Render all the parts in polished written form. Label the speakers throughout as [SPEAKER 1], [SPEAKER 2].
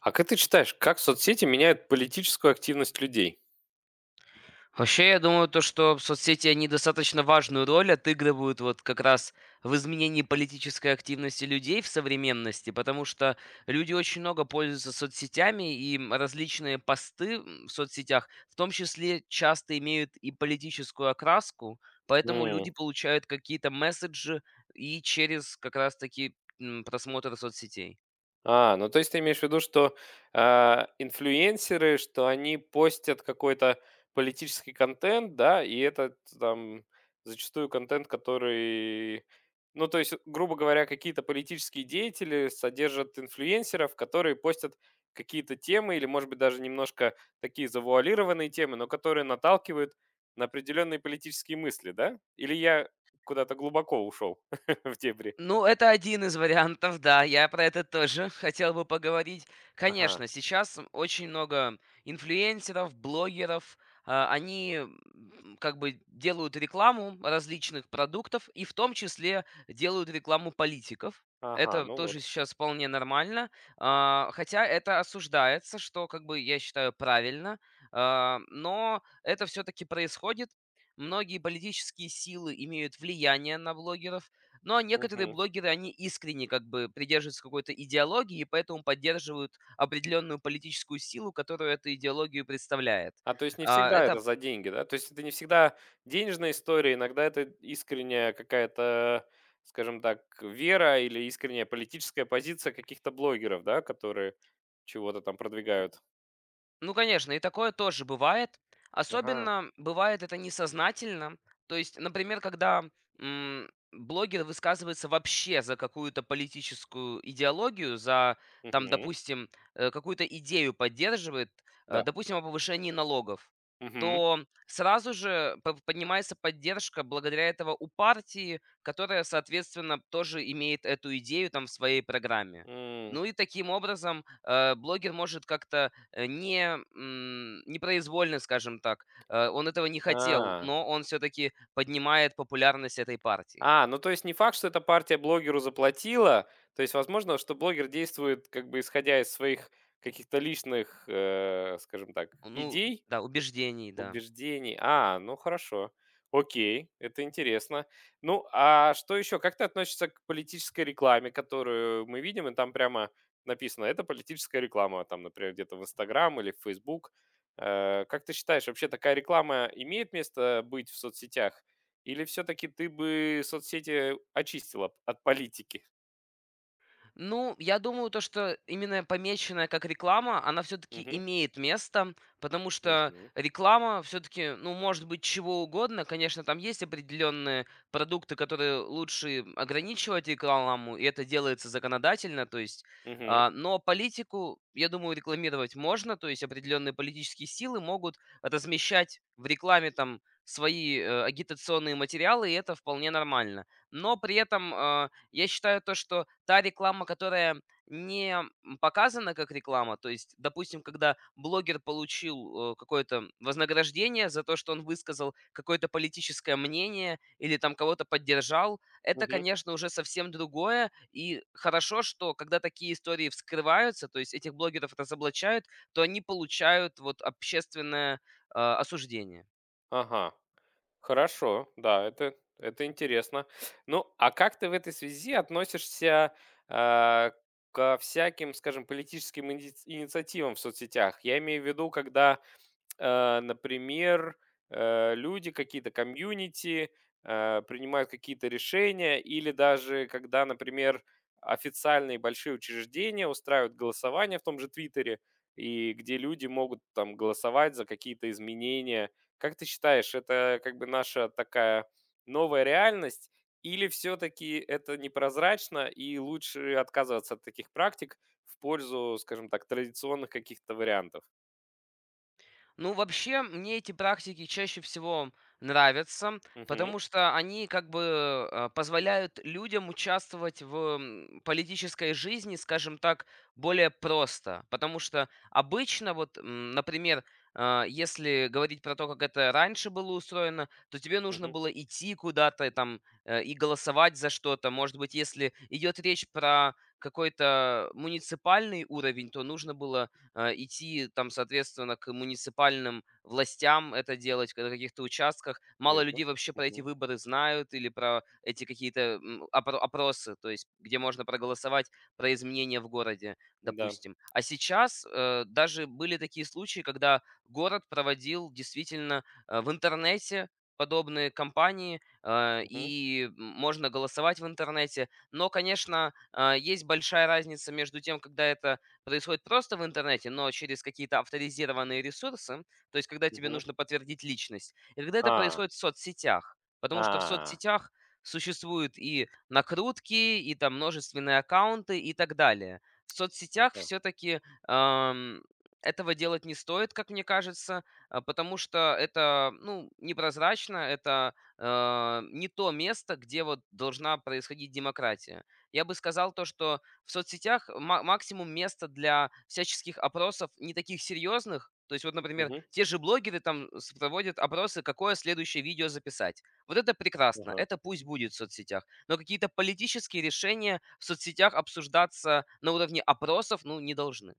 [SPEAKER 1] А как ты считаешь, как соцсети меняют политическую активность людей?
[SPEAKER 2] Вообще, я думаю, то, что соцсети, они достаточно важную роль отыгрывают вот как раз в изменении политической активности людей в современности, потому что люди очень много пользуются соцсетями, и различные посты в соцсетях, в том числе, часто имеют и политическую окраску, поэтому
[SPEAKER 1] М.
[SPEAKER 2] люди получают какие-то месседжи и через как раз-таки просмотр соцсетей.
[SPEAKER 1] Ну то есть ты имеешь в виду, что, инфлюенсеры, что они постят какой-то политический контент, да, и этот там зачастую контент, который ну, то есть, грубо говоря, какие-то политические деятели содержат инфлюенсеров, которые постят какие-то темы или, может быть, даже немножко такие завуалированные темы, но которые наталкивают на определенные политические мысли, да? Или я куда-то глубоко ушел в дебри?
[SPEAKER 2] Ну, это один из вариантов, да, я про это тоже хотел бы поговорить.
[SPEAKER 1] Ага,
[SPEAKER 2] Конечно, сейчас очень много инфлюенсеров, блогеров, они как бы делают рекламу различных продуктов и в том числе делают рекламу политиков.
[SPEAKER 1] ага,
[SPEAKER 2] Это
[SPEAKER 1] ну
[SPEAKER 2] тоже
[SPEAKER 1] вот.
[SPEAKER 2] сейчас вполне нормально, хотя это осуждается, что как бы я считаю правильно, но это все-таки происходит. Многие политические силы имеют влияние на блогеров, но некоторые блогеры, они искренне как бы придерживаются какой-то идеологии, и поэтому поддерживают определенную политическую силу, которую эту идеологию представляет.
[SPEAKER 1] То есть не
[SPEAKER 2] А,
[SPEAKER 1] всегда это
[SPEAKER 2] Это
[SPEAKER 1] за деньги, да? То есть это не всегда денежная история, иногда это искренняя какая-то, скажем так, вера или искренняя политическая позиция каких-то блогеров, да, которые чего-то там продвигают.
[SPEAKER 2] Ну, конечно, и такое тоже бывает.
[SPEAKER 1] Ага.
[SPEAKER 2] Особенно бывает это несознательно. То есть, например, когда блогер высказывается вообще за какую-то политическую идеологию, за, там,
[SPEAKER 1] Мгм.
[SPEAKER 2] допустим, какую-то идею поддерживает,
[SPEAKER 1] Да.
[SPEAKER 2] допустим, о повышении налогов,
[SPEAKER 1] Мгм.
[SPEAKER 2] то сразу же поднимается поддержка благодаря этого у партии, которая, соответственно, тоже имеет эту идею там в своей программе.
[SPEAKER 1] М.
[SPEAKER 2] Ну и таким образом блогер может как-то Э, не, м, непроизвольно, скажем так. Он этого не хотел,
[SPEAKER 1] А.
[SPEAKER 2] но он все таки поднимает популярность этой партии.
[SPEAKER 1] Ну то есть не факт, что эта партия блогеру заплатила, то есть возможно, что блогер действует как бы исходя из своих каких-то личных, скажем так,
[SPEAKER 2] Ну
[SPEAKER 1] идей,
[SPEAKER 2] да, убеждений, да.
[SPEAKER 1] убеждений. Ну хорошо. Окей, это интересно. Ну, а что еще? Как ты относишься к политической рекламе, которую мы видим, и там прямо написано, это политическая реклама, там, например, где-то в Инстаграм или в Фейсбук. Как ты считаешь, вообще такая реклама имеет место быть в соцсетях? Или все-таки ты бы соцсети очистила от политики?
[SPEAKER 2] Ну, я думаю, то, что именно помеченная как реклама, она все-таки
[SPEAKER 1] Угу,
[SPEAKER 2] имеет место, потому что
[SPEAKER 1] угу,
[SPEAKER 2] реклама все-таки, ну, может быть, чего угодно. Конечно, там есть определенные продукты, которые лучше ограничивать рекламу, и это делается законодательно, то есть,
[SPEAKER 1] угу,
[SPEAKER 2] но политику, я думаю, рекламировать можно, то есть определенные политические силы могут размещать в рекламе там свои агитационные материалы, и это вполне нормально. Но при этом я считаю то, что та реклама, которая не показана как реклама, то есть, допустим, когда блогер получил какое-то вознаграждение за то, что он высказал какое-то политическое мнение или там кого-то поддержал, это,
[SPEAKER 1] угу.
[SPEAKER 2] конечно, уже совсем другое. И хорошо, что когда такие истории вскрываются, то есть этих блогеров разоблачают, то они получают вот общественное осуждение.
[SPEAKER 1] Ага. Хорошо, да, это интересно. Ну, а как ты в этой связи относишься а, ко всяким, скажем, политическим инициативам в соцсетях? Я имею в виду, когда например, люди, какие-то комьюнити, принимают какие-то решения, или даже когда, например, официальные большие учреждения устраивают голосование в том же Твиттере, и где люди могут там голосовать за какие-то изменения. Как ты считаешь, это как бы наша такая новая реальность, или все-таки это непрозрачно, и лучше отказываться от таких практик в пользу, скажем так, традиционных каких-то вариантов?
[SPEAKER 2] Ну, вообще, мне эти практики чаще всего нравятся,
[SPEAKER 1] Мгм.
[SPEAKER 2] потому что они как бы позволяют людям участвовать в политической жизни, скажем так, более просто. Потому что обычно, вот, например, если говорить про то, как это раньше было устроено, то тебе нужно
[SPEAKER 1] Мгм.
[SPEAKER 2] было идти куда-то там и голосовать за что-то. Может быть, если идет речь про какой-то муниципальный уровень, то нужно было идти там, соответственно, к муниципальным властям это делать, на каких-то участках. Мало
[SPEAKER 1] Верно.
[SPEAKER 2] людей вообще про эти
[SPEAKER 1] Мгм.
[SPEAKER 2] выборы знают или про эти какие-то опросы, то есть где можно проголосовать про изменения в городе,
[SPEAKER 1] Да.
[SPEAKER 2] допустим. А сейчас даже были такие случаи, когда город проводил действительно в интернете подобные кампании,
[SPEAKER 1] Мгм.
[SPEAKER 2] и можно голосовать в интернете. Но, конечно, есть большая разница между тем, когда это происходит просто в интернете, но через какие-то авторизированные ресурсы, то есть когда тебе
[SPEAKER 1] Мгм.
[SPEAKER 2] нужно подтвердить личность, и когда это
[SPEAKER 1] А.
[SPEAKER 2] происходит в соцсетях. Потому что в
[SPEAKER 1] А.
[SPEAKER 2] соцсетях существуют и накрутки, и там множественные аккаунты и так далее. В соцсетях
[SPEAKER 1] Ага.
[SPEAKER 2] все-таки этого делать не стоит, как мне кажется, потому что это ну, непрозрачно, это не то место, где вот должна происходить демократия. Я бы сказал то, что в соцсетях максимум места для всяческих опросов не таких серьезных. То есть вот, например,
[SPEAKER 1] Мгм.
[SPEAKER 2] те же блогеры там проводят опросы, какое следующее видео записать. Вот это прекрасно,
[SPEAKER 1] Ага.
[SPEAKER 2] это пусть будет в соцсетях. Но какие-то политические решения в соцсетях обсуждаться на уровне опросов, ну, не должны.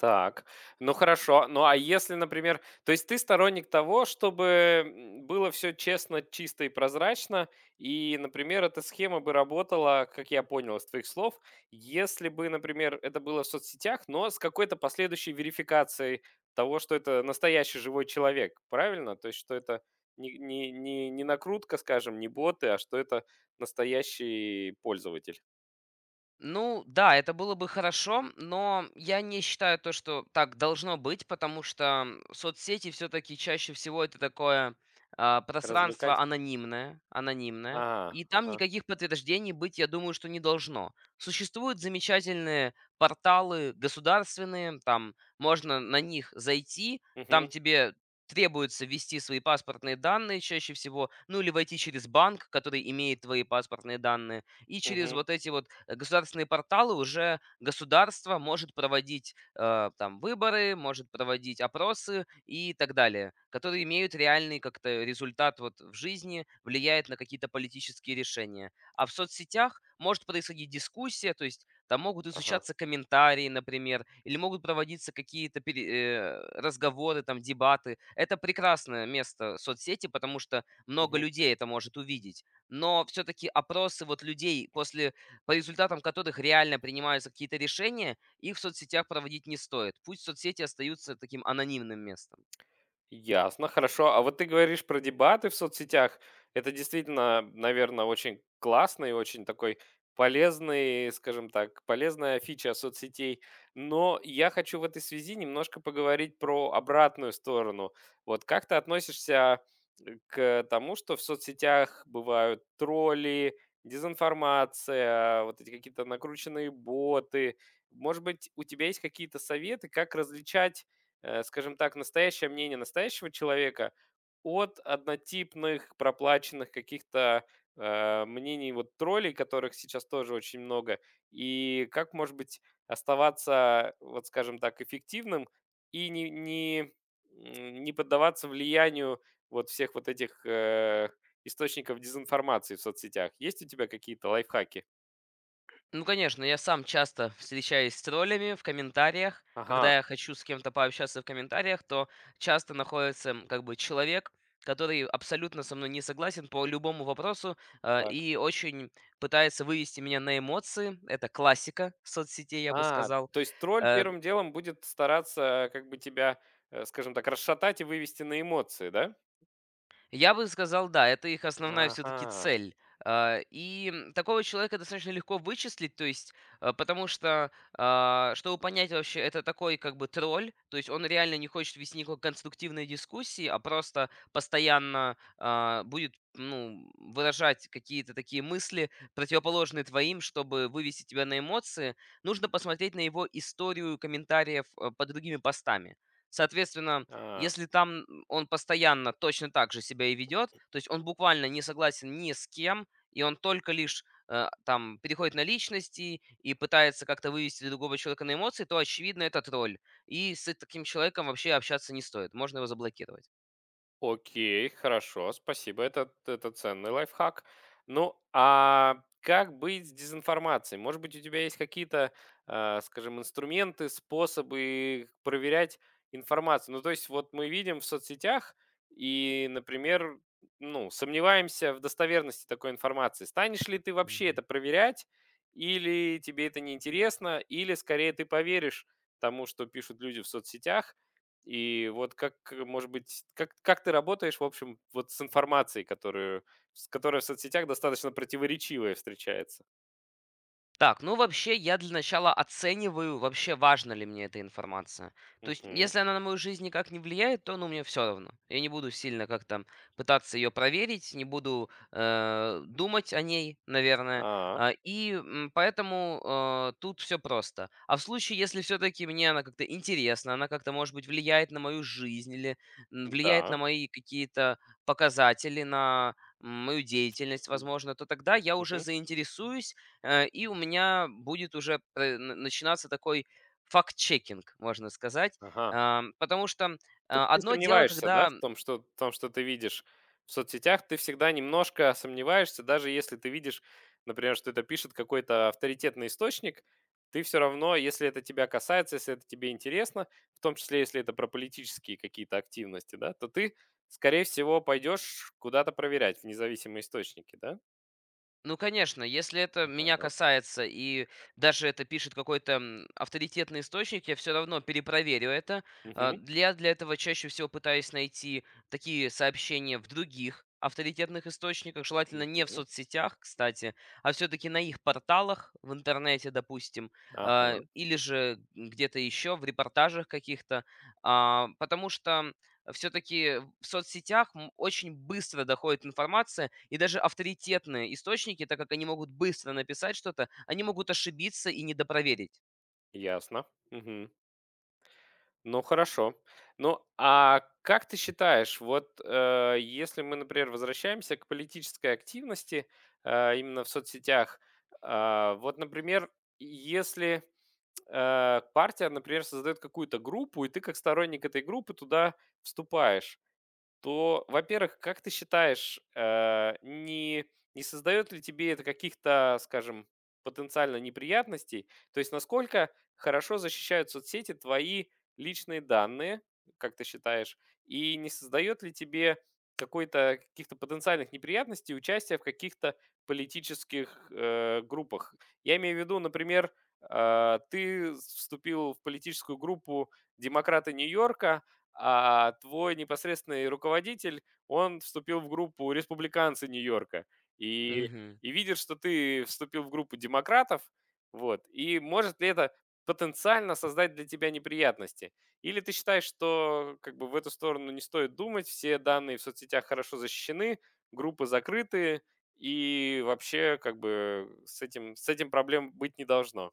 [SPEAKER 1] Так, ну хорошо. Ну, а если, например, то есть ты сторонник того, чтобы, было все честно, чисто и прозрачно, и, например, эта схема бы работала, как я понял из твоих слов, если бы, например, это было в соцсетях, но с какой-то последующей верификацией того, что это настоящий живой человек, правильно? То есть что это не накрутка, скажем, не боты, а что это настоящий пользователь.
[SPEAKER 2] Ну да, это было бы хорошо, но я не считаю то, что так должно быть, потому что соцсети все-таки чаще всего это такое
[SPEAKER 1] Развлекать.
[SPEAKER 2] пространство анонимное,
[SPEAKER 1] А,
[SPEAKER 2] и там
[SPEAKER 1] ага.
[SPEAKER 2] никаких подтверждений быть, я думаю, что не должно. Существуют замечательные порталы государственные, там можно на них зайти,
[SPEAKER 1] Угу,
[SPEAKER 2] там тебе требуется ввести свои паспортные данные чаще всего, ну или войти через банк, который имеет твои паспортные данные, и через
[SPEAKER 1] угу,
[SPEAKER 2] вот эти вот государственные порталы уже государство может проводить там выборы, может проводить опросы и так далее, которые имеют реальный как-то результат вот в жизни, влияет на какие-то политические решения. А в соцсетях может происходить дискуссия, то есть там могут
[SPEAKER 1] ага,
[SPEAKER 2] изучаться комментарии, например, или могут проводиться какие-то разговоры, там, дебаты. Это прекрасное место соцсети, потому что много
[SPEAKER 1] мгм.
[SPEAKER 2] людей это может увидеть. Но все-таки опросы вот людей, по результатам которых реально принимаются какие-то решения, их в соцсетях проводить не стоит. Пусть соцсети остаются таким анонимным местом.
[SPEAKER 1] Ясно, хорошо. А вот ты говоришь про дебаты в соцсетях. Это действительно, наверное, очень классный, очень такой полезный, скажем так, полезная фича соцсетей. Но я хочу в этой связи немножко поговорить про обратную сторону. Вот как ты относишься к тому, что в соцсетях бывают тролли, дезинформация, вот эти какие-то накрученные боты? Может быть, у тебя есть какие-то советы, как различать скажем так, настоящее мнение настоящего человека от однотипных, проплаченных каких-то мнений вот троллей, которых сейчас тоже очень много, и как, может быть, оставаться, вот скажем так, эффективным и не поддаваться влиянию вот всех вот этих источников дезинформации в соцсетях. Есть у тебя какие-то лайфхаки?
[SPEAKER 2] Ну, конечно, я сам часто встречаюсь с троллями в комментариях.
[SPEAKER 1] Ага,
[SPEAKER 2] Когда я хочу с кем-то пообщаться в комментариях, то часто находится как бы человек, который абсолютно со мной не согласен по любому вопросу
[SPEAKER 1] так.
[SPEAKER 2] и очень пытается вывести меня на эмоции. Это классика соцсетей, я бы
[SPEAKER 1] А,
[SPEAKER 2] сказал.
[SPEAKER 1] то есть тролль
[SPEAKER 2] Э,
[SPEAKER 1] первым делом будет стараться как бы тебя, скажем так, расшатать и вывести на эмоции, да?
[SPEAKER 2] Я бы сказал, да, это их основная все-таки
[SPEAKER 1] Ага,
[SPEAKER 2] цель. Такого человека достаточно легко вычислить, то есть, потому что, чтобы понять вообще, это такой как бы тролль, то есть он реально не хочет вести никакой конструктивной дискуссии, а просто постоянно будет ну, выражать какие-то такие мысли, противоположные твоим, чтобы вывести тебя на эмоции. Нужно посмотреть на его историю комментариев под другими постами. Соответственно,
[SPEAKER 1] а.
[SPEAKER 2] если там он постоянно точно так же себя и ведет, то есть он буквально не согласен ни с кем, и он только лишь там переходит на личности и пытается как-то вывести другого человека на эмоции, то очевидно это тролль. И с таким человеком вообще общаться не стоит, можно его заблокировать.
[SPEAKER 1] Окей, хорошо, спасибо. Это ценный лайфхак. Ну, а как быть с дезинформацией? Может быть, у тебя есть какие-то, скажем, инструменты, способы проверять информацию? Ну, то есть, вот мы видим в соцсетях и, например, ну, сомневаемся в достоверности такой информации. Станешь ли ты вообще это проверять? Или тебе это неинтересно? Или, скорее, ты поверишь тому, что пишут люди в соцсетях, и вот как, может быть, как ты работаешь, в общем, вот с информацией, которую с которая в соцсетях достаточно противоречивая встречается?
[SPEAKER 2] Так, ну вообще я для начала оцениваю, вообще важна ли мне эта информация. То есть,
[SPEAKER 1] Мгм.
[SPEAKER 2] если она на мою жизнь никак не влияет, то ну мне все равно. Я не буду сильно как-то пытаться ее проверить, не буду думать о ней, наверное.
[SPEAKER 1] А,
[SPEAKER 2] Поэтому тут все просто. А в случае, если все-таки мне она как-то интересна, она как-то, может быть, влияет на мою жизнь или влияет
[SPEAKER 1] да.
[SPEAKER 2] на мои какие-то показатели, на мою деятельность,
[SPEAKER 1] М,
[SPEAKER 2] возможно, то тогда я уже
[SPEAKER 1] Мгм.
[SPEAKER 2] заинтересуюсь, и у меня будет уже начинаться такой факт-чекинг, можно сказать.
[SPEAKER 1] Ага.
[SPEAKER 2] Потому что
[SPEAKER 1] То есть ты
[SPEAKER 2] одно дело,
[SPEAKER 1] сомневаешься, да,
[SPEAKER 2] когда.
[SPEAKER 1] в том, что ты видишь в соцсетях? Ты всегда немножко сомневаешься, даже если ты видишь, например, что это пишет какой-то авторитетный источник, ты все равно, если это тебя касается, если это тебе интересно, в том числе, если это про политические какие-то активности, да, то ты, скорее всего, пойдешь куда-то проверять в независимые источники, да?
[SPEAKER 2] Ну, конечно, если это меня
[SPEAKER 1] Ага.
[SPEAKER 2] касается, и даже это пишет какой-то авторитетный источник, я все равно перепроверю это.
[SPEAKER 1] Мгм.
[SPEAKER 2] Для этого чаще всего пытаюсь найти такие сообщения в других авторитетных источниках, желательно не в
[SPEAKER 1] Мгм.
[SPEAKER 2] соцсетях, кстати, а все-таки на их порталах в интернете, допустим,
[SPEAKER 1] Ага.
[SPEAKER 2] или же где-то еще в репортажах каких-то, потому что все-таки в соцсетях очень быстро доходит информация, и даже авторитетные источники, так как они могут быстро написать что-то, они могут ошибиться и недопроверить.
[SPEAKER 1] Ясно. Ну, хорошо. Ну, а как ты считаешь, вот если мы, например, возвращаемся к политической активности именно в соцсетях, вот, например, если партия, например, создает какую-то группу, и ты как сторонник этой группы туда вступаешь, то, во-первых, как ты считаешь, не создает ли тебе это каких-то, скажем, потенциально неприятностей? То есть насколько хорошо защищают соцсети твои личные данные, как ты считаешь, и не создает ли тебе какой-то каких-то потенциальных неприятностей участие в каких-то политических группах? Я имею в виду, например, ты вступил в политическую группу демократы Нью-Йорка, а твой непосредственный руководитель, он вступил в группу республиканцы Нью-Йорка. И,
[SPEAKER 2] Мгм.
[SPEAKER 1] и видит, что ты вступил в группу демократов, вот, и может ли это потенциально создать для тебя неприятности? Или ты считаешь, что как бы в эту сторону не стоит думать, все данные в соцсетях хорошо защищены, группы закрытые, и вообще как бы с этим проблем быть не должно?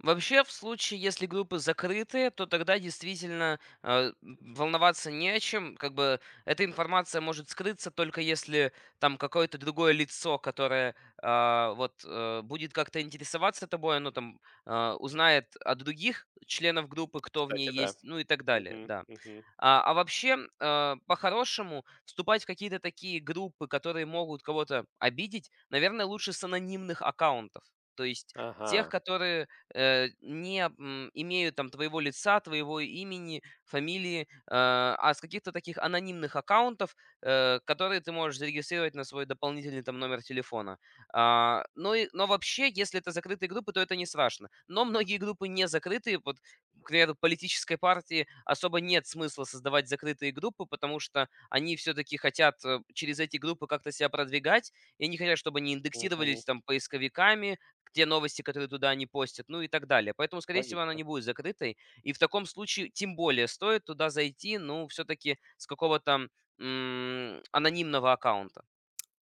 [SPEAKER 2] Вообще, в случае, если группы закрытые, то тогда действительно волноваться не о чем. Как бы эта информация может скрыться только если там какое-то другое лицо, которое вот будет как-то интересоваться тобой, оно там узнает о других членов группы, кто в
[SPEAKER 1] Кстати,
[SPEAKER 2] ней
[SPEAKER 1] да.
[SPEAKER 2] есть, ну и так далее,
[SPEAKER 1] Мгм,
[SPEAKER 2] да.
[SPEAKER 1] мгм.
[SPEAKER 2] А вообще, по-хорошему, вступать в какие-то такие группы, которые могут кого-то обидеть, наверное, лучше с анонимных аккаунтов. То есть тех,
[SPEAKER 1] Ага.
[SPEAKER 2] которые не имеют там твоего лица, твоего имени, фамилии, а с каких-то таких анонимных аккаунтов, которые ты можешь зарегистрировать на свой дополнительный там номер телефона. Ну и, но вообще, если это закрытые группы, то это не страшно. Но многие группы не закрытые, вот к примеру, политической партии особо нет смысла создавать закрытые группы, потому что они все-таки хотят через эти группы как-то себя продвигать, и они хотят, чтобы они
[SPEAKER 1] Мгм.
[SPEAKER 2] индексировались там поисковиками, те новости, которые туда они постят, ну и так далее. Поэтому, скорее всего, она
[SPEAKER 1] Логично.
[SPEAKER 2] не будет закрытой. И в таком случае тем более стоит туда зайти, ну, все-таки с какого-то анонимного аккаунта.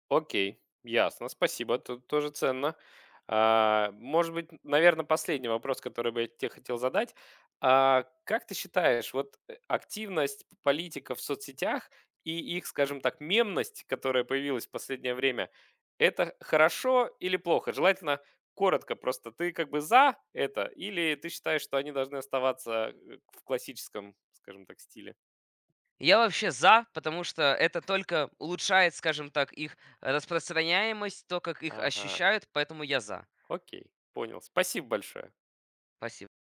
[SPEAKER 1] Окей, ясно, спасибо, это тоже ценно. Может быть, наверное, последний вопрос, который бы я тебе хотел задать. Как ты считаешь, вот активность политиков в соцсетях и их, скажем так, мемность, которая появилась в последнее время, это хорошо или плохо? Желательно коротко, просто ты как бы за это или ты считаешь, что они должны оставаться в классическом, скажем так, стиле?
[SPEAKER 2] Я вообще за, потому что это только улучшает, скажем так, их распространяемость, то, как их
[SPEAKER 1] Ага,
[SPEAKER 2] ощущают, поэтому я за.
[SPEAKER 1] окей, понял. Спасибо большое.
[SPEAKER 2] Спасибо.